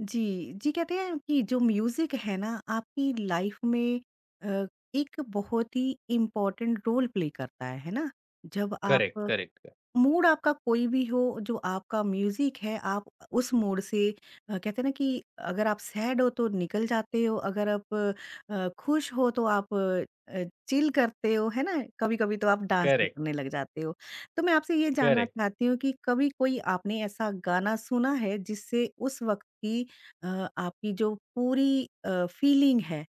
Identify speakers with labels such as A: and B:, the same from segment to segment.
A: जी, जी कहते हैं कि जो म्यूज़िक है ना आपकी लाइफ में अ, एक बहुत ही इम्पोर्टेंट रोल प्ले करता है ना? जब
B: करेक्ट,
A: आप
B: करेक्ट,
A: मूड आपका कोई भी हो, जो आपका म्यूजिक है आप उस मूड से कहते हैं ना कि अगर आप सैड हो तो निकल जाते हो, अगर आप खुश हो तो आप चिल करते हो, है ना। कभी कभी तो आप डांस भी
B: करेक्ट,
A: करने लग जाते हो। तो मैं आपसे ये जानना
B: करेक्ट।
A: चाहती हूँ कि कभी कोई आपने ऐसा गाना सुना है जिससे उस वक्त की अ, आपकी जो पूरी फीलिंग है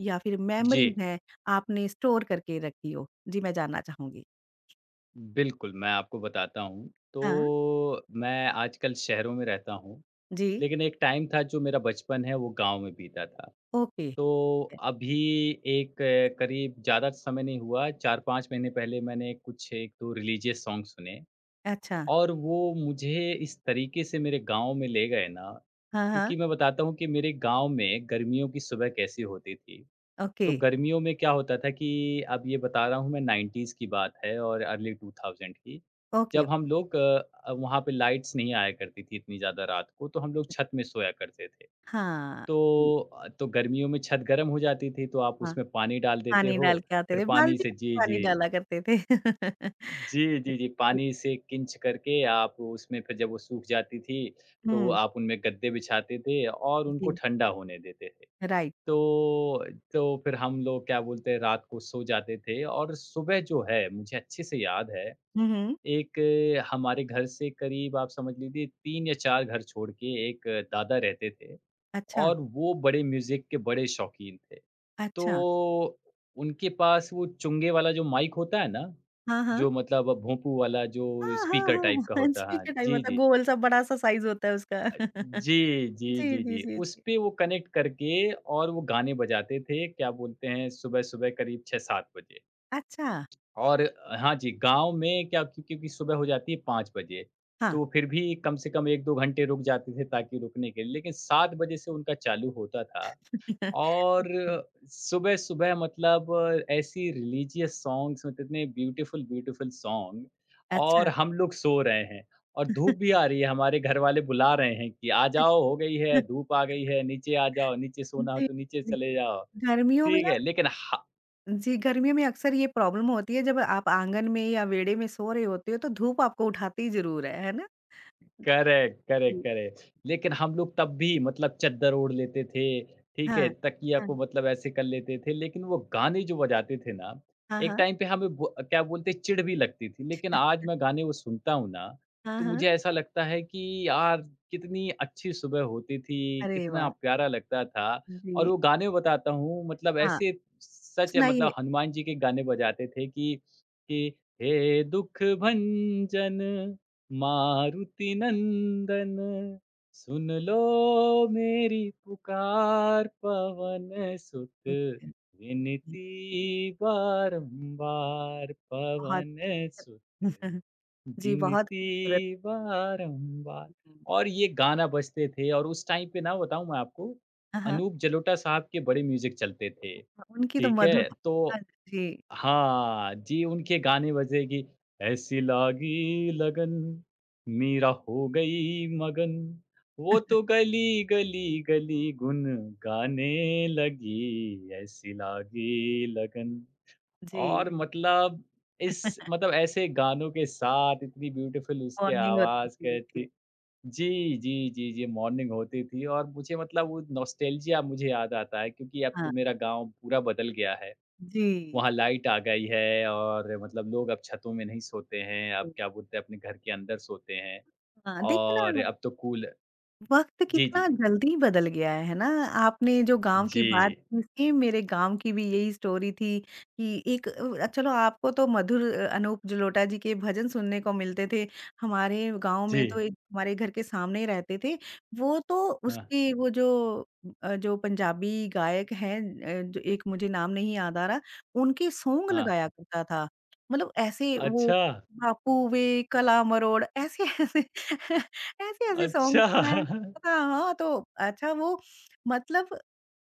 A: या फिर
B: जी,
A: मेमोरीज है, आपने स्टोर करके रखी हो। जी, मैं जानना चाहूंगी।
B: बिल्कुल, मैं आपको बताता हूँ।
A: हाँ,
B: तो मैं आजकल शहरों में रहता हूँ,
A: जी।
B: लेकिन एक टाइम था जो मेरा बचपन है वो गाँव में बीता था।
A: ओके।
B: तो
A: ए
B: अभी एक करीब ज़्यादा समय नहीं हुआ, 4-5 महीने पहले मैंने कुछ 1-2 रिलीजियस सॉन्ग सुने
A: अच्छा।
B: और वो मुझे इस तरीके से मेरे गाँव में ले गए ना,
A: हाँ, हाँ।
B: क्योंकि मैं बताता हूँ कि मेरे गाँव में गर्मियों की सुबह कैसी होती थी।
A: ओके,
B: तो गर्मियों में क्या होता था कि अब ये बता रहा हूँ मैं 90s की बात है और अर्ली 2000 की।
A: ओके।
B: जब हम लोग वहाँ पे लाइट्स नहीं आया करती थी इतनी ज़्यादा रात को, तो हम लोग छत में सोया करते थे।
A: हाँ, जी।
B: तो तो गर्मियों में छत गर्म हो जाती थी, तो आप
A: हाँ,
B: उसमें पानी डाल देते
A: पानी डाल
B: हो,
A: के आते
B: फिर
A: थे,
B: पानी से।
A: बाल्टियों में
B: जी,
A: पानी
B: जी।
A: डाला करते थे।
B: जी, जी, जी, पानी से किंच करके आप उसमें फिर जब वो सूख जाती थी, तो
A: हुँ।
B: आप उनमें गद्दे बिछाते थे और उनको
A: जी,
B: ठंडा होने देते थे।
A: राइट।
B: तो तो फिर हम लोग क्या बोलते हैं रात को सो जाते थे और सुबह जो है मुझे अच्छे से याद है।
A: हुँ, हुँ।
B: एक हमारे घर से करीब आप समझ लीजिए 3 या 4 घर छोड़ के एक दादा रहते थे
A: अच्छा।
B: और वो बड़े म्यूज़िक के बड़े शौकीन थे।
A: अच्छा।
B: तो उनके पास वो चुंगे वाला जो माइक होता है ना,
A: हाँ, हाँ।
B: जो मतलब भोंपू वाला जो
A: हाँ, हाँ,
B: स्पीकर
A: हाँ।
B: टाइप का होता है।
A: हैंड्स-फ्री
B: हाँ,
A: के टाइम
B: जी,
A: होता है,
B: जी।
A: गोल-सा बड़ा-सा साइज़ होता है उसका।
B: जी, जी,
A: जी,
B: जी,
A: जी,
B: जी।
A: जी, जी।
B: उसपे वो कनेक्ट करके और वो गाने बजाते थे, क्या बोलते हैं, सुबह-सुबह करीब 6-7 बजे।
A: अच्छा।
B: और हाँ जी, गाँव में क्या क्योंकि सुबह हो जाती है 5 बजे,
A: हाँ।
B: तो फिर भी कम से कम 1-2 घंटे रुक जाते थे ताकि रुकने के लिए, लेकिन 7 बजे से उनका चालू होता था। और सुबह-सुबह मतलब ऐसी रिलीजियस सॉन्ग्स मतलब इतने ब्यूटीफुल, ब्यूटीफुल सॉन्ग।
A: अच्छा।
B: और हम लोग सो रहे हैं और धूप भी आ रही है, हमारे घर वाले बुला रहे हैं कि, "आ जाओ, हो गई है, धूप आ गई है, नीचे आ जाओ, नीचे सोना हो
A: जी,
B: तो नीचे
A: जी।
B: चले जाओ।"
A: गर्मियों में
B: ठीक
A: ना,
B: है, लेकिन ह
A: जी, गर्मियों में अक्सर ये प्रॉब्लम होती है जब आप आँगन में या वेड़े में सो रहे होते हो तो धूप आपको उठाती ज़रूर है ना?
B: करेक्ट, करेक्ट,
A: जी।
B: करेक्ट। लेकिन हम लोग तब भी मतलब चद्दर ओढ़ लेते थे, ठीक है?
A: हाँ,
B: तकिया
A: हाँ,
B: को मतलब ऐसे कर लेते थे। लेकिन वो गाने जो बजाते थे ना,
A: हाँ,
B: एक
A: हाँ,
B: टाइम पे हमें ब क्या बोलते हैं चिढ़ भी लगती थी। लेकिन आज मैं गाने वो सुनता हूँ ना,
A: हाँ,
B: तो
A: हाँ।
B: मुझे ऐसा लगता है कि यार कितनी अच्छी सुबह होती थी,
A: अरे
B: कितना
A: वाह!
B: प्यारा लगता था। और
A: जी।
B: वो गाने बताता हूँ मतलब
A: हाँ,
B: ऐसे सच है,
A: सुनाइए।
B: मतलब हनुमान जी के गाने बजाते थे कि हे दुःख भंजन मारुति नंदन सुन लो मेरी पुकार पवन सुत विनती बारंबार
A: बहुत।
B: पवन सुत
A: जी, बहुत खूबसूरत।
B: विनती बारंबार। और ये गाना बजते थे और उस टाइम पे ना बताऊं मैं आपको
A: हाँ, हाँ।
B: अनूप जलोटा साहब के बड़े म्यूजिक चलते थे।
A: उनकी तो
B: ठीक है,
A: मधुर।
B: तो
A: हाँ, जी।
B: हाँ, जी, उनके गाने बजेगी, ऐसी लागी लगन, मेरा हो गई मगन, वो तो गली, गली, गली गुन गाने लगी, ऐसी लागी लगन। और
A: जी।
B: मतलब इस मतलब ऐसे गानों के साथ इतनी ब्यूटीफुल उसकी
A: बॉन्डिंग होती
B: आवाज़
A: थी,
B: कहती।
A: जी।
B: जी, जी, जी, जी, मॉर्निंग होती थी और मुझे मतलब वो नॉस्टैल्जिया मुझे याद आता है क्योंकि अब तो
A: हाँ,
B: मेरा गाँव पूरा बदल गया है।
A: जी।
B: वहाँ लाइट आ गई है और मतलब लोग अब छतों में नहीं सोते हैं, अब क्या बोलते हैं अपने घर के अंदर सोते हैं
A: हाँ, देखिए
B: और
A: ना,
B: अब तो कूल।
A: वक़्त
B: जी, जी,
A: कितना
B: जी।
A: जल्दी बदल गया है ना? आपने जो गाँव की
B: जी,
A: बात की, सेम मेरे गाँव की भी यही स्टोरी थी कि एक चलो आपको तो मधुर अनूप जलोटा जी के भजन सुनने को मिलते थे। हमारे गाँव
B: जी।
A: में तो एक हमारे घर के सामने ही रहते थे। वो तो
B: हाँ,
A: उसके वो जो जो पंजाबी गायक हैं, जो एक मुझे नाम नहीं याद आ रहा, उनके सॉन्ग
B: हाँ।
A: लगाया करता था। मतलब ऐसे वो
B: अच्छा,
A: बापू वे, कला मरोड़ ऐसे-ऐसे ऐसे-ऐसे सॉन्ग
B: अच्छा।
A: सुनाया। हाँ, हाँ, तो अच्छा वो मतलब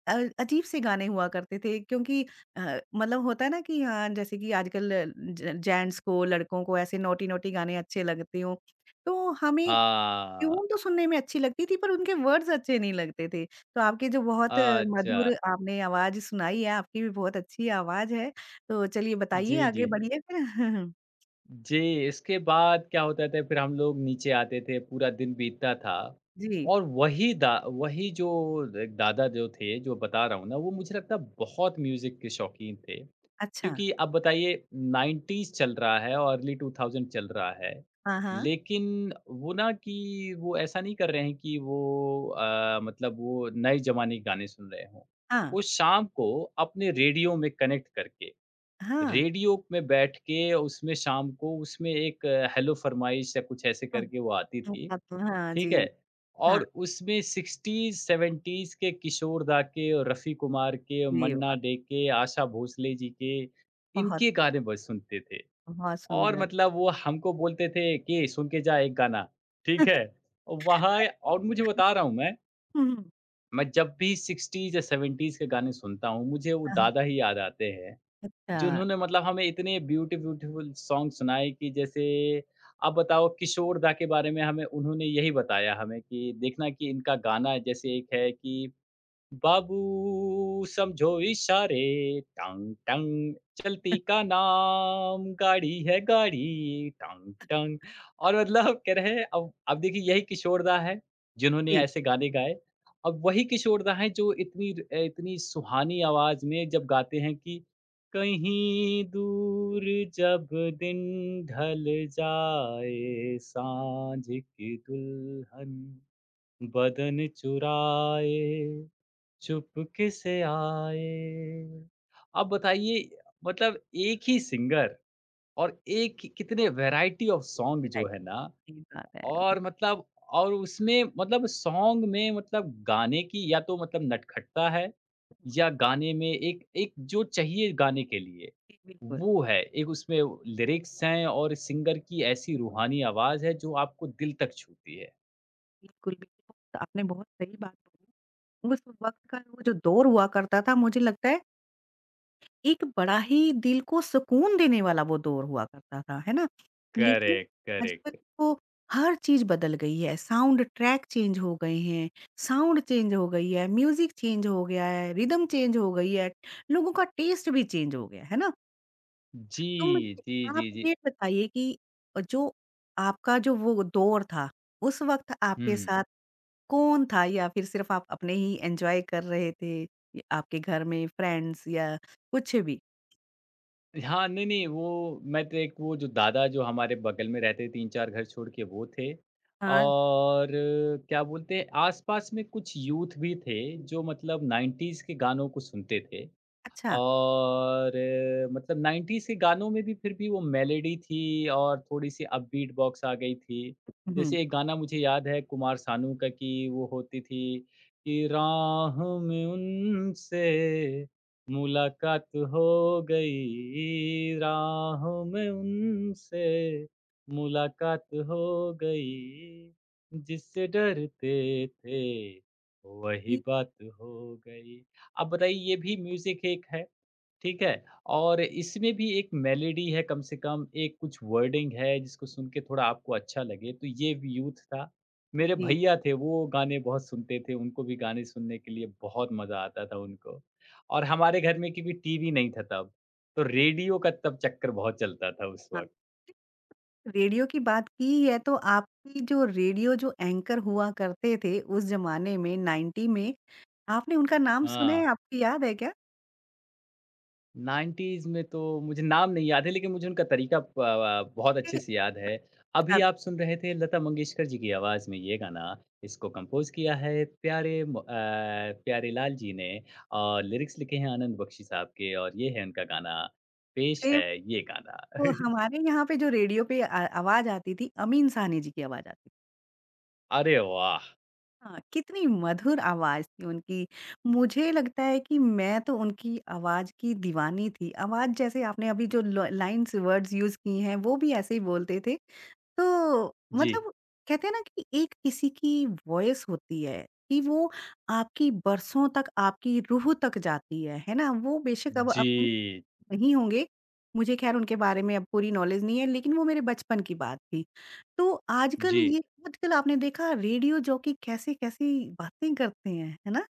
A: अ, अजीब-से गाने हुआ करते थे, क्योंकि मतलब होता है ना कि हाँ, जैसे कि आजकल ज जेंट्स को, लड़कों को ऐसे नॉटी-नॉटी गाने अच्छे लगते हों। तो हमें
B: हाँ,
A: ट्यून तो सुनने में अच्छी लगती थी, पर उनके वर्ड्स अच्छे नहीं लगते थे। तो आपके जो बहुत
B: अच्छा।
A: मधुर आपने आवाज़ सुनाई है, आपकी भी बहुत अच्छी आवाज़ है। तो चलिए, बताइए,
B: जी,
A: आगे
B: जी।
A: बढ़िए फिर।
B: जी, इसके बाद क्या होता था फिर हम लोग नीचे आते थे, पूरा दिन बीतता था
A: जी।
B: और वही दा वही जो एक दादा जो थे, जो बता रहा हूँ ना, वो मुझे लगता है बहुत म्यूज़िक के शौकीन थे।
A: अच्छा।
B: क्योंकि अब बताइए 90s चल रहा है और अर्ली 2000 चल रहा है।
A: हाँ, हाँ।
B: लेकिन वो ना कि वो ऐसा नहीं कर रहे हैं कि वो मतलब वो नए ज़माने के गाने सुन रहे हों।
A: हाँ,
B: वो शाम को अपने रेडियो में कनेक्ट करके
A: हाँ,
B: रेडियो में बैठ के उसमें शाम को उसमें एक हेलो फरमाइश या कुछ ऐसे
A: हाँ।
B: करके वो आती थी,
A: हाँ,
B: ठीक है?
A: जी। हाँ,
B: और उसमें 60s, 70s के किशोर दा के और रफ़ी कुमार के और
A: जी।
B: मन्ना डे के, आशा भोसले जी के,
A: बहुत,
B: इनके गाने बस सुनते थे।
A: बहुत
B: और
A: सुंदर।
B: मतलब वो हमको बोलते थे कि सुन के जा एक गाना, ठीक है? वहाँ और मुझे बता रहा हूँ
A: हुँ।
B: मैं जब भी 60s या 70s के गाने सुनता हूँ, मुझे वो
A: हाँ,
B: दादा ही याद आते हैं।
A: अच्छा।
B: जिन्होंने मतलब हमें इतने ब्यूटीफुल सॉन्ग सुनाए कि जैसे आप बताओ किशोर दा के बारे में हमें उन्होंने यही बताया हमें कि देखना कि इनका गाना जैसे एक है कि बाबू समझो इशारे टंग टंग चलती का नाम गाड़ी है गाड़ी टंग टंग। और मतलब कह रहे हैं अब देखिए यही किशोरदा है जिन्होंने
A: जी।
B: ऐसे गाने गाए। अब वही किशोरदा है जो इतनी इतनी सुहानी आवाज में जब गाते हैं कि कहीं दूर जब दिन ढल जाए सांझ की दुल्हन बदन चुराए चुपके से आए। आप बताइए मतलब एक ही सिंगर और एक ही कितने वैरायटी ऑफ सॉन्ग जो
A: राइट,
B: है ना।
A: सही बात है।
B: और मतलब और उसमें मतलब सॉन्ग में मतलब गाने की या तो मतलब नटखटता है या गाने में एक एक जो चाहिए गाने के लिए,
A: जी, बिल्कुल।
B: वो है। एक उसमें लिरिक्स हैं और सिंगर की ऐसी रूहानी आवाज़ है जो आपको दिल तक छूती है।
A: बिल्कुल, बिल्कुल। तो आपने बहुत सही बात बोली। उस वक़्त का वो जो दौर हुआ करता था, मुझे लगता है एक बड़ा ही दिल को सुकून देने वाला वो दौर हुआ करता था, है ना? लेकिन
B: करेक्ट,
A: आजकल
B: करेक्ट।
A: तो हर चीज़ बदल गई है, साउंड ट्रैक चेंज हो गए हैं, साउंड चेंज हो गई है, म्यूज़िक चेंज हो गया है, रिदम चेंज हो गई है, लोगों का टेस्ट भी चेंज हो गया है ना?
B: जी,
A: तो मुझे
B: जी,
A: आप
B: जी, जी।
A: ये बताइए कि जो आपका जो वो दौर था, उस वक़्त आपके
B: हुँ।
A: साथ कौन था? या फिर सिर्फ़ आप अपने ही एन्जॉय कर रहे थे? या आपके घर में फ्रेंड्स या कुछ भी?
B: हाँ, नहीं, नहीं, वो मैं तो एक वो जो दादा जो हमारे बगल में रहते 3-4 घर छोड़ के वो थे।
A: हाँ,
B: और क्या बोलते हैं आस-पास में कुछ यूथ भी थे जो मतलब 90s के गानों को सुनते थे।
A: अच्छा।
B: और मतलब 90s के गानों में भी फिर भी वो मेलोडी थी और थोड़ी-सी अपबीट बॉक्स आ गई थी।
A: हुँ।
B: जैसे एक गाना मुझे याद है कुमार सानू का कि वो होती थी कि राह में उनसे मुलाकात हो गई, राह में उनसे मुलाकात हो गई, जिससे डरते थे वही
A: जी,
B: बात हो गई। अब रही ये भी म्यूज़िक एक है, ठीक है? और इसमें भी एक मेलोडी है कम से कम, एक कुछ वर्डिंग है जिसको सुन के थोड़ा आपको अच्छा लगे, तो ये भी यूथ था। मेरे
A: जी।
B: भैया थे वो गाने बहुत सुनते थे, उनको भी गाने सुनने के लिए बहुत मज़ा आता था उनको। और हमारे घर में क्योंकि टीवी नहीं था तब, तो रेडियो का तब चक्कर बहुत चलता था उस
A: हाँ।
B: वक़्त।
A: रेडियो की बात की है तो आपकी जो रेडियो जो एंकर हुआ करते थे उस ज़माने में 90 में, आपने उनका नाम सुना
B: हाँ।
A: है? आपको याद है क्या?
B: 90s में तो मुझे नाम नहीं याद है, लेकिन मुझे उनका तरीका बहुत
A: ए,
B: अच्छे
A: मैं
B: से याद है। अभी
A: बताती-
B: आप सुन रहे थे लता मंगेशकर जी की आवाज़ में ये गाना। इसको कंपोज़ किया है प्यारेलाल जी ने और लिरिक्स लिखे हैं आनंद बख्शी साहब के और ये है उनका गाना, पेश है ये गाना।
A: तो हमारे यहाँ पे जो रेडियो पे आवाज़ आती थी, अमीन साहनी जी की आवाज़ आती थी।
B: अरे वाह!
A: हाँ, कितनी मधुर आवाज़ थी उनकी। मुझे लगता है कि मैं तो उनकी आवाज़ की दीवानी थी। आवाज़ जैसे आपने अभी जो ल लाइन्स वर्ड्स यूज़ की हैं, वो भी ऐसे ही बोलते थे। तो
B: जी,
A: मतलब कहते हैं ना कि एक किसी की वॉइस होती है कि वो आपकी बरसों तक, आपकी रूह तक जाती है ना? वो बेशक अब
B: जी,
A: नहीं होंगे। मुझे ख़ैर उनके बारे में अब पूरी नॉलेज नहीं है, लेकिन वो मेरे बचपन की बात थी। तो
B: जी,
A: आजकल आपने देखा रेडियो जॉकी कैसे-कैसी बातें करते हैं, है ना?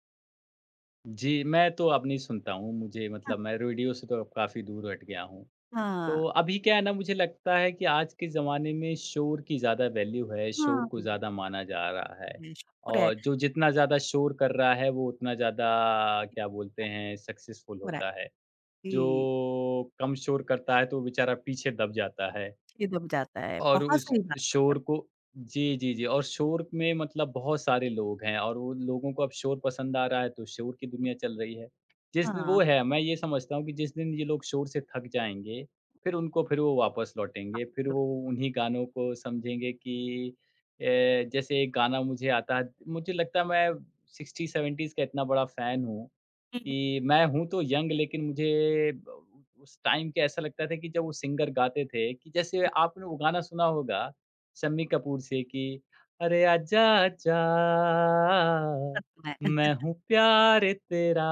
B: जी, मैं तो अब नहीं सुनता हूँ। मुझे
A: हाँ।
B: मतलब मैं रेडियो से तो अब काफ़ी दूर हट गया हूँ।
A: हाँ,
B: तो अभी क्या है ना मुझे लगता है कि आज के ज़माने में शोर की ज़्यादा वैल्यू है, शोर
A: हाँ,
B: को ज़्यादा माना जा रहा है।
A: है, शोर है।
B: और जो जितना ज़्यादा शोर कर रहा है वो उतना ज़्यादा क्या बोलते हैं सक्सेसफुल
A: हो रहा है,
B: होता है। जो
A: जी।
B: कम शोर करता है तो वो बेचारा पीछे दब जाता है।
A: ये दब जाता है।
B: और
A: बहुत
B: उस
A: सही बात बोली आप।
B: शोर को जी, जी, जी, और शोर में मतलब बहुत सारे लोग हैं और वो लोगों को अब शोर पसंद आ रहा है, तो शोर की दुनिया चल रही है। जिस दिन
A: हाँ।
B: वो है, मैं ये समझता हूँ कि जिस दिन ये लोग शोर से थक जाएँगे, फिर उनको फिर वो वापस लौटेंगे, फिर वो उन्हीं गानों को समझेंगे कि अ, जैसे एक गाना मुझे आता है मुझे लगता है मैं 60-70s का इतना बड़ा फ़ैन हूँ
A: हुँ, हुँ।
B: कि मैं हूँ तो यंग लेकिन मुझे ब उस टाइम के ऐसा लगता था कि जब वो सिंगर गाते थे कि जैसे आपने वो गाना सुना होगा शम्मी कपूर से कि अरे आजा आजा
A: करते हैं।
B: मैं हूँ प्यार तेरा।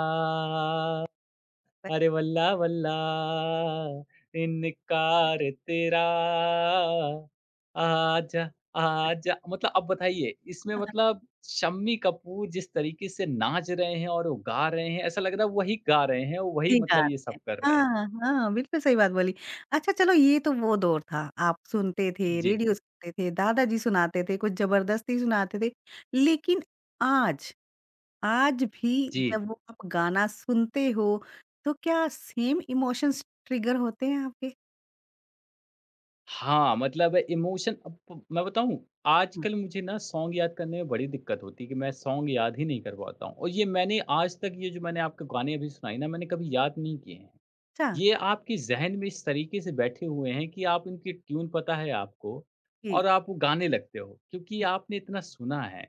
B: अरे वल्ला वल्ला इनकार तेरा आजा आजा मतलब अब बताइए इसमें मतलब शम्मी कपूर जिस तरीके से नाच रहे हैं और वो गा रहे हैं ऐसा लग रहा है वही गा रहे हैं वही
A: सही
B: मतलब
A: बात
B: ये
A: है।
B: सब कर रहे हैं।
A: हाँ, हाँ, बिल्कुल सही बात बोली। अच्छा, चलो ये तो वो दौर था, आप सुनते थे,
B: जी,
A: रेडियो सुनते थे, दादाजी सुनाते थे, कुछ ज़बरदस्ती सुनाते थे। लेकिन आज, आज भी
B: जी।
A: जब वो आप गाना सुनते हो, तो क्या सेम इमोशंस ट्रिगर होते हैं आपके?
B: हाँ मतलब इमोशन अब मैं बताऊं
A: हाँ,
B: आजकल मुझे ना सॉन्ग याद करने में बड़ी दिक्कत होती है कि मैं सॉन्ग याद ही नहीं कर पाता हूँ और ये मैंने आज तक ये जो मैंने आपके गाने अभी सुनाई ना मैंने कभी याद नहीं किए हैं।
A: अच्छा।
B: ये आपके ज़हन में इस तरीके से बैठे हुए हैं कि आप उनकी ट्यून पता है आपको
A: जी,
B: और आप वो गाने लगते हो क्योंकि
A: जी।
B: आपने इतना सुना है।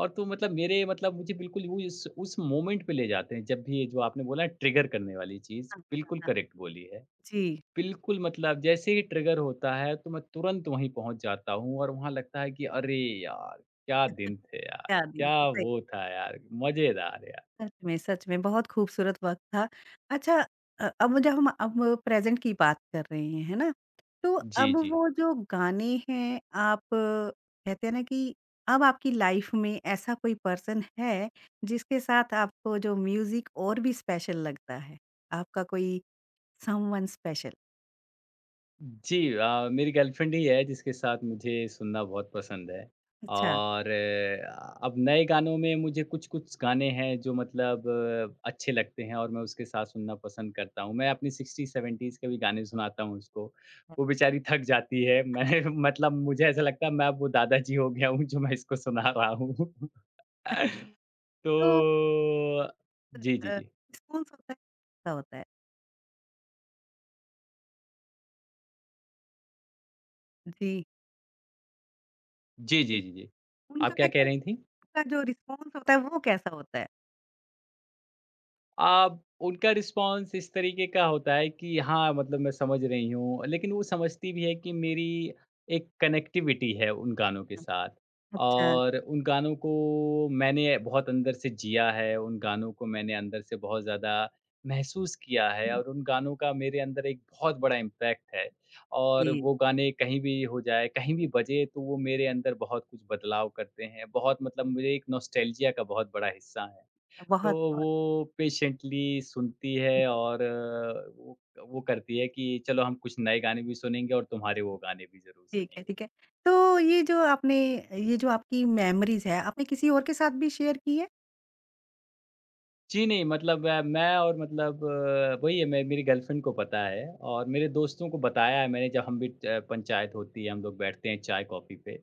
B: और तो मतलब मेरे मतलब मुझे बिल्कुल वो इस उस मोमेंट पे ले जाते हैं जब भी ये जो आपने बोला है ट्रिगर करने वाली चीज़,
A: हाँ, हाँ,
B: बिल्कुल
A: हाँ।
B: करेक्ट बोली है।
A: जी।
B: बिल्कुल मतलब जैसे ही ट्रिगर होता है तो मैं तुरंत वहीं पहुँच जाता हूँ और वहाँ लगता है कि अरे यार! क्या दिन थे यार!
A: क्या दिन
B: क्या
A: थे, सही।
B: वो था यार! मज़ेदार यार!
A: सच में बहुत खूबसूरत वक़्त था। अच्छा, अब जब हम अब प्रेज़ेंट की बात कर रहे हैं, है ना? तो
B: जी,
A: अब
B: जी।
A: वो जो गाने हैं, आप कहते हैं ना कि अब आपकी लाइफ़ में ऐसा कोई पर्सन है जिसके साथ आपको जो म्यूज़िक और भी स्पेशल लगता है? आपका कोई समवन स्पेशल?
B: जी, मेरी गर्लफ्रेंड ही है जिसके साथ मुझे सुनना बहुत पसंद है
A: अच्छा,
B: और अब नए गानों में मुझे कुछ-कुछ गाने हैं जो मतलब अच्छे लगते हैं और मैं उसके साथ सुनना पसंद करता हूँ। मैं अपनी 60-70s के भी गाने सुनाता हूँ उसको, वो बेचारी थक जाती है। मैं मतलब मुझे ऐसा लगता है मैं अब वो दादाजी हो गया हूँ जो मैं इसको सुना रहा हूँ। तो
A: तो
B: जी,
A: अ,
B: जी, जी।
A: रिस्पॉन्स होता है, कैसा होता है? जी,
B: जी, जी,
A: जी।
B: जी, जी।
A: उनका
B: आप क्या कह रही थीं?
A: उनका जो रिस्पॉन्स होता है वो कैसा होता है?
B: अब उनका रिस्पॉन्स इस तरीके का होता है कि हाँ मतलब मैं समझ रही हूँ, लेकिन वो समझती भी है कि मेरी एक कनेक्टिविटी है उन गानों के साथ
A: अच्छा,
B: और उन गानों को मैंने बहुत अंदर से जिया है, उन गानों को मैंने अंदर से बहुत ज़्यादा महसूस किया है और उन गानों का मेरे अंदर एक बहुत बड़ा इम्पैक्ट है
A: ओके।
B: और वो गाने कहीं भी हो जाए, कहीं भी बजे तो वो मेरे अंदर बहुत कुछ बदलाव करते हैं, बहुत मतलब मुझे एक नॉस्टैल्जिया का बहुत बड़ा हिस्सा है। तो
A: बहुत-बहुत।
B: वो पेशेंटली सुनती है और वो करती है कि चलो हम कुछ नए गाने भी सुनेंगे और तुम्हारे वो गाने भी ज़रूर
A: ठीक है,
B: सुनेंगे।
A: ठीक है। तो ये जो आपकी मेमोरीज़ है, आपने किसी और के साथ भी शेयर की है?
B: जी, नहीं मतलब मैं और मतलब वही है मैं मेरी गर्लफ्रेंड को पता है और मेरे दोस्तों को बताया है मैंने। जब हम भी पंचायत होती है, हम लोग बैठते हैं चाय-कॉफ़ी पे,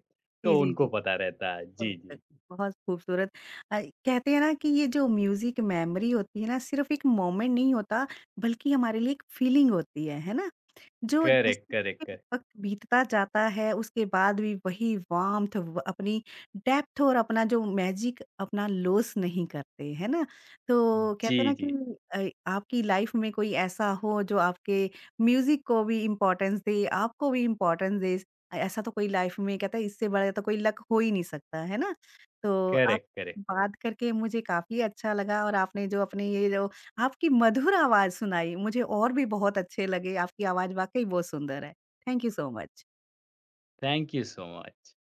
A: जी,
B: तो
A: जी,
B: उनको
A: जी।
B: पता रहता है। जी,
A: परफेक्ट,
B: जी।
A: बहुत खूबसूरत। अ, कहते हैं ना कि ये जो म्यूज़िक मेमोरी होती है ना, सिर्फ़ एक मोमेंट नहीं होता, बल्कि हमारे लिए एक फीलिंग होती है ना? जो
B: करेक्ट,
A: जैसे
B: करेक्ट, करेक्ट।
A: वक़्त बीतता जाता है, उसके बाद भी वही वार्म्थ व अपनी डेप्थ और अपना जो मैजिक अपना लॉस नहीं करते, है ना? तो
B: जी,
A: कहते हैं ना
B: जी।
A: कि आपकी लाइफ़ में कोई ऐसा हो जो आपके म्यूज़िक को भी इम्पोर्टेंस दे, आपको भी इम्पोर्टेंस दे। ऐसा तो कोई लाइफ़ में कहता है, इससे बड़ा तो कोई लक हो ही नहीं सकता, है ना? तो
B: करेक्ट,
A: आपसे
B: करेक्ट।
A: बात करके मुझे काफ़ी अच्छा लगा, और आपने जो अपने ये जो आपकी मधुर आवाज़ सुनाई, मुझे और भी बहुत अच्छे लगे, आपकी आवाज़ वाक़ई बहुत सुंदर है। Thank you so much.
B: Thank you so much.